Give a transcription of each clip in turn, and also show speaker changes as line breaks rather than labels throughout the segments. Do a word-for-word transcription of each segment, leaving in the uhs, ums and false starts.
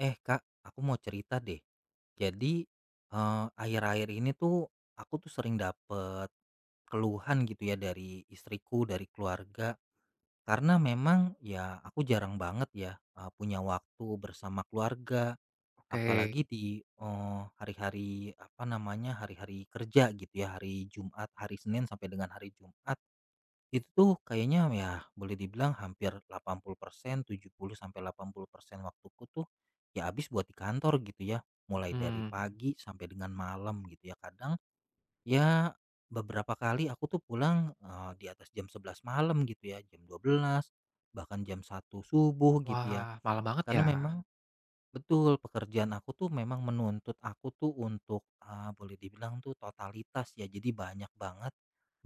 Eh Kak, aku mau cerita deh. Jadi, eee, akhir-akhir ini tuh aku tuh sering dapet keluhan gitu ya dari istriku, dari keluarga. Karena memang ya aku jarang banget ya, eee, punya waktu bersama keluarga,
Oke,
apalagi di, eee, hari-hari, apa namanya, hari-hari kerja gitu ya, hari Jumat, hari Senin sampai dengan hari Jumat. Itu tuh kayaknya ya boleh dibilang hampir delapan puluh persen, tujuh puluh sampai delapan puluh persen waktuku tuh ya habis buat di kantor gitu ya. Mulai dari
mhm.
pagi sampai dengan malam gitu ya. Kadang ya beberapa kali aku tuh pulang eh, di atas jam sebelas malam gitu ya, jam dua belas bahkan jam satu subuh gitu ya.
Wah, malam banget ya?
Karena memang Betul, pekerjaan aku tuh memang menuntut aku tuh untuk, eee, boleh dibilang tuh totalitas ya, jadi banyak banget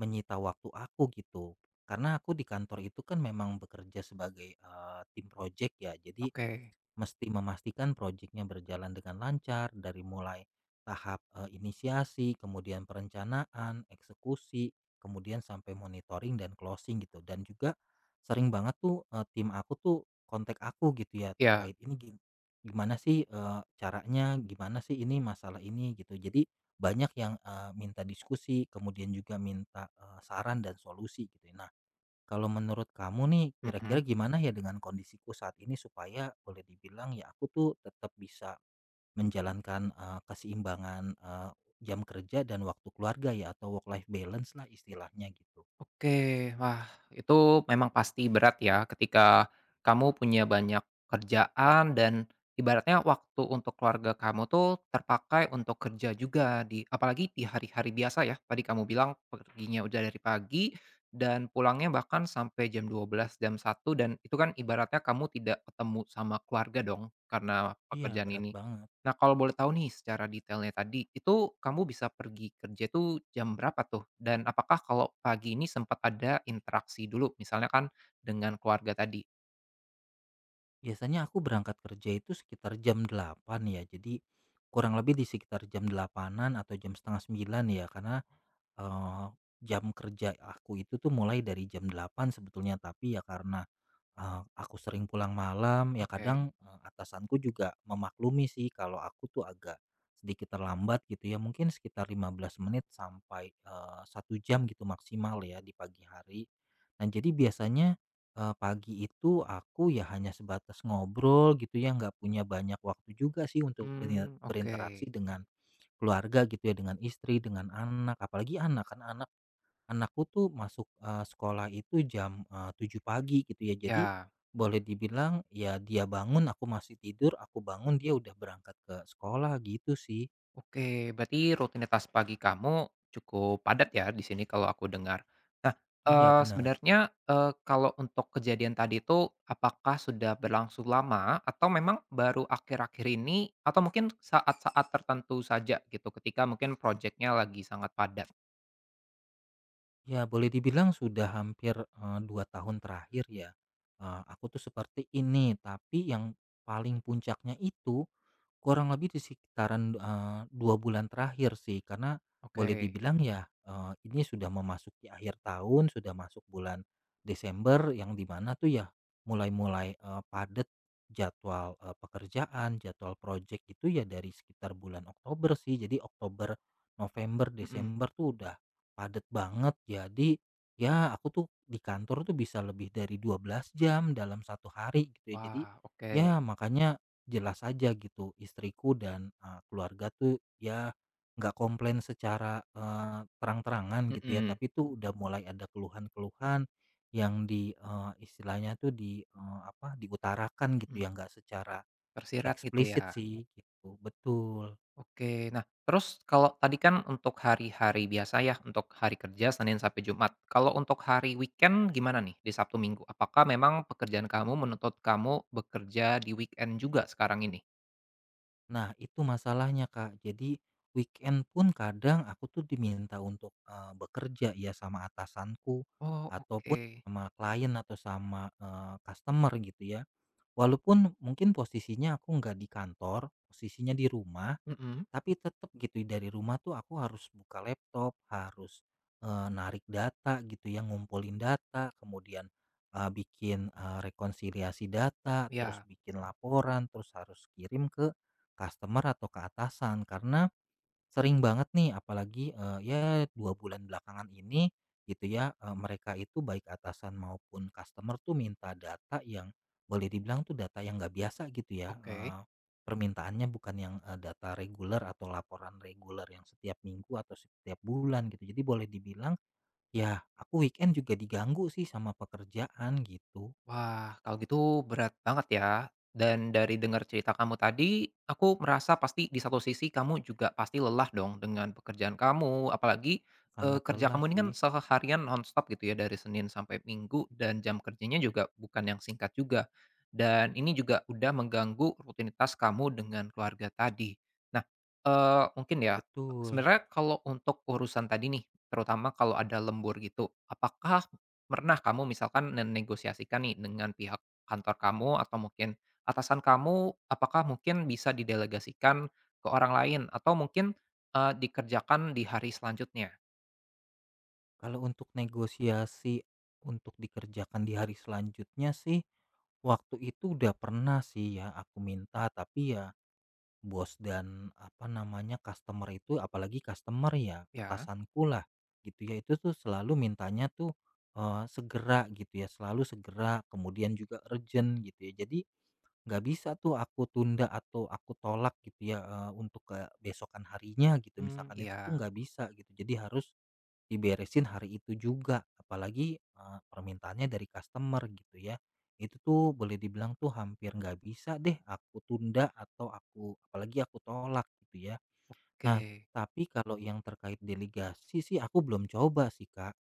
menyita waktu aku gitu. Karena aku di kantor itu kan memang bekerja sebagai, eee, tim project ya, jadi
Oke,
Mesti memastikan proyeknya berjalan dengan lancar dari mulai tahap eh, inisiasi, kemudian perencanaan, eksekusi, kemudian sampai monitoring dan closing gitu. Dan juga sering banget tuh eh, tim aku tuh kontak aku gitu ya
iya,
terkait ini gi- gimana sih eh, caranya, gimana sih ini masalah ini gitu. Jadi banyak yang eh, minta diskusi, kemudian juga minta eh, saran dan solusi gitu, ya. Nah, kalau menurut kamu nih, kira-kira
mhm,
gimana ya dengan kondisiku saat ini supaya boleh dibilang ya aku tuh tetap bisa menjalankan eh, keseimbangan eh, jam kerja dan waktu keluarga ya atau work life balance lah istilahnya gitu.
oke. Wah, itu memang pasti berat ya ketika kamu punya banyak kerjaan dan ibaratnya waktu untuk keluarga kamu tuh terpakai untuk kerja juga di apalagi di hari-hari biasa ya, tadi kamu bilang perginya udah dari pagi dan pulangnya bahkan sampai jam dua belas, jam satu dan itu kan ibaratnya kamu tidak ketemu sama keluarga dong karena
Iya,
pekerjaan
berat
ini.
banget.
Nah, kalau boleh tahu nih secara detailnya tadi, itu kamu bisa pergi kerja itu jam berapa tuh? Dan apakah kalau pagi ini sempat ada interaksi dulu, misalnya kan dengan keluarga tadi?
Biasanya aku berangkat kerja itu sekitar jam delapan ya. Jadi kurang lebih di sekitar jam delapanan atau jam setengah sembilan ya. Karena eh, jam kerja aku itu tuh mulai dari jam delapan sebetulnya. Tapi ya karena eh, aku sering pulang malam ya
Oke.
kadang eh, atasanku juga memaklumi sih kalau aku tuh agak sedikit terlambat gitu ya. Mungkin sekitar lima belas menit sampai eh, satu jam gitu maksimal ya di pagi hari. Nah jadi biasanya Eee, pagi itu aku ya hanya sebatas ngobrol gitu ya, nggak punya banyak waktu juga sih untuk beri
Hmm. Oke.
berinteraksi dengan keluarga gitu ya, dengan istri, dengan anak, apalagi anak, kan anak anakku tuh masuk, eee, sekolah itu jam, eee, tujuh pagi gitu ya. Jadi
Ya.
boleh dibilang ya dia bangun aku masih tidur, aku bangun dia udah berangkat ke sekolah gitu sih.
Oke, berarti rutinitas pagi kamu cukup padat ya di sini kalau aku dengar. Nah,
Iya
eee,
benar
sebenarnya, eee, kalau untuk kejadian tadi itu apakah sudah berlangsung lama atau memang baru akhir-akhir ini atau mungkin saat-saat tertentu saja gitu ketika mungkin proyeknya lagi sangat padat?
Ya boleh dibilang sudah hampir, eee, dua tahun terakhir ya, eee, aku tuh seperti ini tapi yang paling puncaknya itu, Kurang lebih di sekitaran, eee, dua bulan terakhir sih, karena
Oke,
boleh dibilang ya, eee, ini sudah memasuki akhir tahun, sudah masuk bulan Desember yang dimana tuh ya mulai-mulai, eee, padat jadwal, eee, pekerjaan, jadwal projek itu ya dari sekitar bulan Oktober sih. Jadi Oktober, November,
mhm.
Desember tuh udah padat banget. Jadi ya aku tuh di kantor tuh bisa lebih dari dua belas jam dalam satu hari gitu ya. Jadi
Wah, oke.
ya makanya, Jelas aja gitu istriku dan, eee, keluarga tuh ya nggak komplain secara, eee, terang-terangan gitu ya,
Mhm,
tapi tuh udah mulai ada keluhan-keluhan yang di, eee, istilahnya tuh di, eee, apa, diutarakan
mhm.
gitu ya, nggak secara
Tersirat gitu ya?
eksplisit sih gitu, betul.
Oke. Nah, terus kalau tadi kan untuk hari-hari biasa ya, untuk hari kerja Senin sampai Jumat. Kalau untuk hari weekend gimana nih di Sabtu Minggu? Apakah memang pekerjaan kamu menuntut kamu bekerja di weekend juga sekarang ini?
Nah itu masalahnya Kak, jadi weekend pun kadang aku tuh diminta untuk, eee, bekerja ya sama atasanku
Oh,
ataupun
oke.
sama klien atau sama, eee, customer gitu ya. Walaupun mungkin posisinya aku nggak di kantor, posisinya di rumah,
Mhm,
tapi tetap gitu ya, dari rumah tuh aku harus buka laptop, harus, eee, narik data gitu ya, ngumpulin data, kemudian, eee, bikin, eee, rekonsiliasi data, terus
ya
bikin laporan, terus harus kirim ke customer atau ke atasan. Karena Sering banget nih apalagi, eee, ya dua bulan belakangan ini gitu ya, eee, mereka itu baik atasan maupun customer tuh minta data yang boleh dibilang tuh data yang nggak biasa gitu ya,
oke.
eee, permintaannya bukan yang, eee, data reguler atau laporan reguler yang setiap minggu atau setiap bulan gitu. Jadi boleh dibilang ya aku weekend juga diganggu sih sama pekerjaan gitu,
Wah, kalau gitu berat banget ya. Dan dari dengar cerita kamu tadi, aku merasa pasti di satu sisi kamu juga pasti lelah dong dengan pekerjaan kamu, apalagi eh,
sangat
kerja
lelah
kamu ini kan
sih.
seharian nonstop gitu ya dari Senin sampai Minggu dan jam kerjanya juga bukan yang singkat juga. Dan ini juga udah mengganggu rutinitas kamu dengan keluarga tadi. Nah, eh, mungkin ya
Betul.
sebenarnya kalau untuk urusan tadi nih, terutama kalau ada lembur gitu, apakah pernah kamu misalkan menegosiasikan nih dengan pihak kantor kamu atau mungkin atasan kamu, apakah mungkin bisa didelegasikan ke orang lain atau mungkin, eee, dikerjakan di hari selanjutnya?
Kalau untuk negosiasi untuk dikerjakan di hari selanjutnya sih, waktu itu udah pernah sih ya aku minta, tapi ya bos dan apa namanya, customer itu apalagi customer ya,
Ya.
atasanku lah gitu ya, itu tuh selalu mintanya tuh, eee, segera gitu ya, selalu segera, kemudian juga urgent gitu ya. Jadi nggak bisa tuh aku tunda atau aku tolak gitu ya, eee, untuk ke besokan harinya gitu,
Hmm,
misalkan itu tuh
iya,
nggak bisa gitu. Jadi harus Diberesin hari itu juga, apalagi, eee, permintaannya dari customer gitu ya. Itu tuh boleh dibilang tuh hampir nggak bisa deh aku tunda atau aku apalagi aku tolak gitu ya. Nah,
oke.
tapi kalau yang terkait delegasi sih aku belum coba sih, Kak.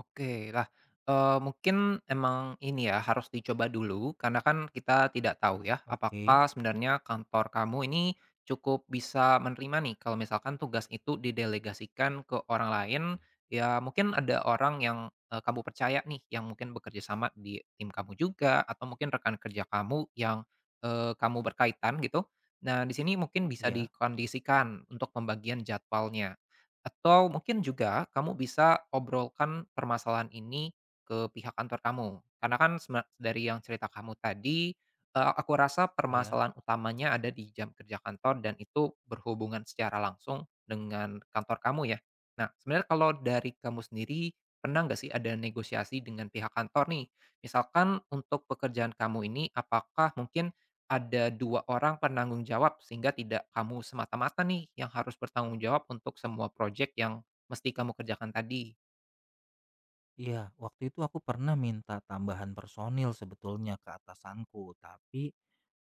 Oke, lah, eee, mungkin emang ini ya, harus dicoba dulu karena kan kita tidak tahu ya,
Oke,
apakah sebenarnya kantor kamu ini cukup bisa menerima nih kalau misalkan tugas itu didelegasikan ke orang lain, ya mungkin ada orang yang, eee, kamu percaya nih yang mungkin bekerja sama di tim kamu juga atau mungkin rekan kerja kamu yang, eee, kamu berkaitan gitu. Nah, di sini mungkin bisa
ya,
dikondisikan untuk pembagian jadwalnya. Atau mungkin juga kamu bisa obrolkan permasalahan ini ke pihak kantor kamu. Karena kan sema- dari yang cerita kamu tadi, eh, aku rasa
ya.
permasalahan utamanya ada di jam kerja kantor dan itu berhubungan secara langsung dengan kantor kamu ya. Nah, sebenarnya kalau dari kamu sendiri, pernah nggak sih ada negosiasi dengan pihak kantor nih? Misalkan untuk pekerjaan kamu ini, apakah mungkin ada dua orang penanggung jawab sehingga tidak kamu semata-mata nih yang harus bertanggung jawab untuk semua project yang mesti kamu kerjakan tadi.
Iya, waktu itu aku pernah minta tambahan personil sebetulnya ke atasanku, tapi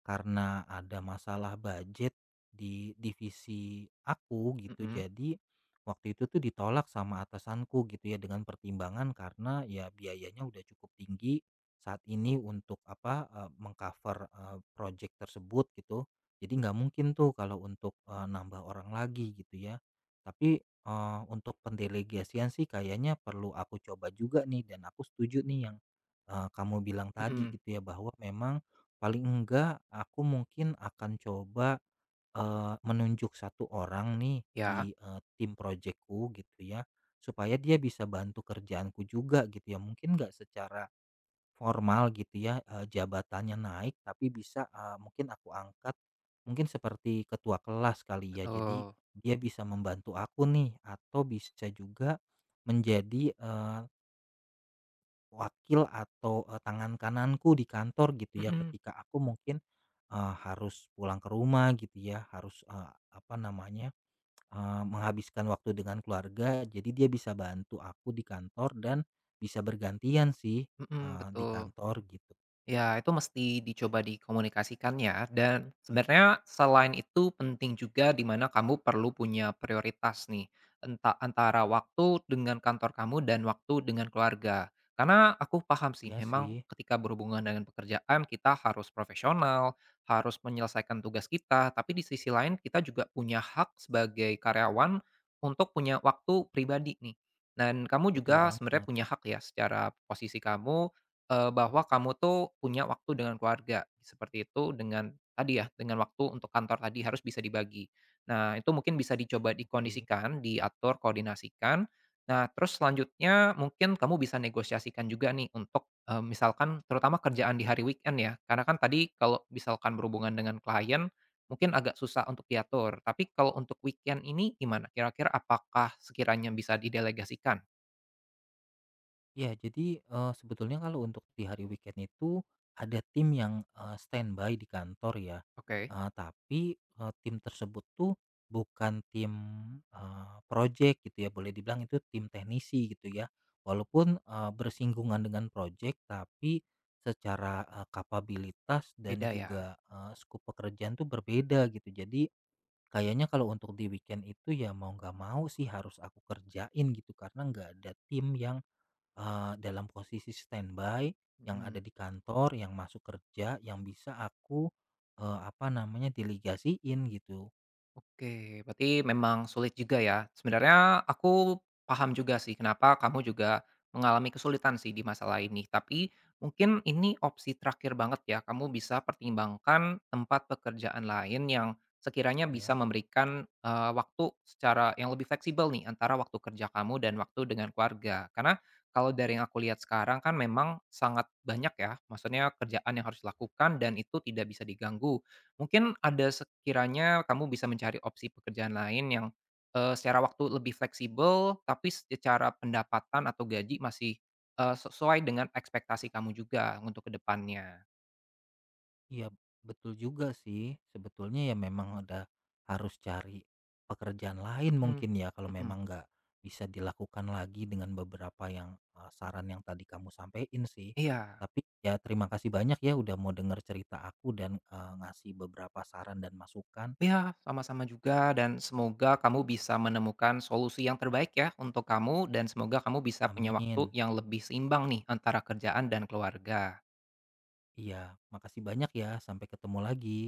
karena ada masalah budget di divisi aku gitu,
Mhm
jadi waktu itu tuh ditolak sama atasanku gitu ya dengan pertimbangan karena ya biayanya udah cukup tinggi saat ini untuk apa eh, mengcover eh, project tersebut gitu. Jadi nggak mungkin tuh kalau untuk eh, nambah orang lagi gitu ya. Tapi Eee, untuk pendelegasian sih kayaknya perlu aku coba juga nih dan aku setuju nih yang, eee, kamu bilang tadi
mhm.
gitu ya bahwa memang paling enggak aku mungkin akan coba, eee, menunjuk satu orang nih
Ya,
di, eee, tim proyekku gitu ya, supaya dia bisa bantu kerjaanku juga gitu ya mungkin enggak secara Formal gitu ya, eee, jabatannya naik tapi bisa, eee, mungkin aku angkat, mungkin seperti ketua kelas kali ya. Jadi
betul.
dia bisa membantu aku nih atau bisa juga menjadi, eee, wakil atau, eee, tangan kananku di kantor gitu ya
Mhm
ketika aku mungkin, eee, harus pulang ke rumah gitu ya, harus, eee, apa namanya, eee, menghabiskan waktu dengan keluarga. Jadi dia bisa bantu aku di kantor dan bisa bergantian sih,
mhm,
eee, di
betul.
kantor gitu.
Ya, itu mesti dicoba dikomunikasikan ya. Dan sebenarnya selain itu penting juga di mana kamu perlu punya prioritas nih entah antara waktu dengan kantor kamu dan waktu dengan keluarga. Karena aku paham sih,
Iya
memang
sih,
ketika berhubungan dengan pekerjaan kita harus profesional, harus menyelesaikan tugas kita, tapi di sisi lain kita juga punya hak sebagai karyawan untuk punya waktu pribadi nih. Dan kamu
betul
juga sebenarnya
banget.
punya hak ya secara posisi kamu. Eee, bahwa kamu tuh punya waktu dengan keluarga, seperti itu dengan tadi ya, dengan waktu untuk kantor tadi harus bisa dibagi. Nah, itu mungkin bisa dicoba
Oke.
dikondisikan, diatur, koordinasikan. Nah, terus selanjutnya mungkin kamu bisa negosiasikan juga nih untuk, eee, misalkan terutama kerjaan di hari weekend ya, karena kan tadi kalau misalkan berhubungan dengan klien, mungkin agak susah untuk diatur. Tapi kalau untuk weekend ini gimana? Kira-kira apakah sekiranya bisa didelegasikan?
Ya, jadi, eee, sebetulnya kalau untuk di hari weekend itu ada tim yang, eee, standby di kantor ya,
Oke,
eee, tapi, eee, tim tersebut tuh bukan tim, eee, projek gitu ya, boleh dibilang itu tim teknisi gitu ya. Walaupun, eee, bersinggungan dengan projek, tapi secara, eee, kapabilitas dan
beda ya?
juga, eee, skop pekerjaan tuh berbeda gitu. Jadi Kayaknya kalau untuk di weekend itu ya mau nggak mau sih harus aku kerjain gitu karena nggak ada tim yang eh, dalam posisi standby yang ada
Mhm.
di kantor yang masuk kerja yang bisa aku eh, apa namanya delegasiin gitu
Oke, berarti memang sulit juga ya. Sebenarnya aku paham juga sih kenapa kamu juga mengalami kesulitan sih di masalah ini. Tapi mungkin ini opsi terakhir banget ya. Kamu bisa pertimbangkan tempat pekerjaan lain yang sekiranya bisa
ya.
memberikan eh, waktu secara yang lebih fleksibel nih antara waktu kerja kamu dan waktu dengan keluarga. Karena kalau dari yang aku lihat sekarang kan memang sangat banyak ya. Maksudnya kerjaan yang harus dilakukan dan itu tidak bisa diganggu. Mungkin ada sekiranya kamu bisa mencari opsi pekerjaan lain yang, eee, secara waktu lebih fleksibel, tapi secara pendapatan atau gaji masih, eee, sesuai dengan ekspektasi kamu juga untuk ke depannya.
Iya, betul juga sih. Sebetulnya ya memang udah harus cari pekerjaan lain
Mhm
mungkin ya kalau
mhm.
memang nggak bisa dilakukan lagi dengan beberapa yang eh, saran yang tadi kamu sampaikan sih.
Iya
Tapi ya terima kasih banyak ya udah mau dengar cerita aku dan eh, ngasih beberapa saran dan masukan.
iya, sama-sama juga dan semoga kamu bisa menemukan solusi yang terbaik ya untuk kamu dan semoga kamu bisa punya waktu
Amin.
yang lebih seimbang nih antara kerjaan dan keluarga.
Iya, makasih banyak ya. Sampai ketemu lagi.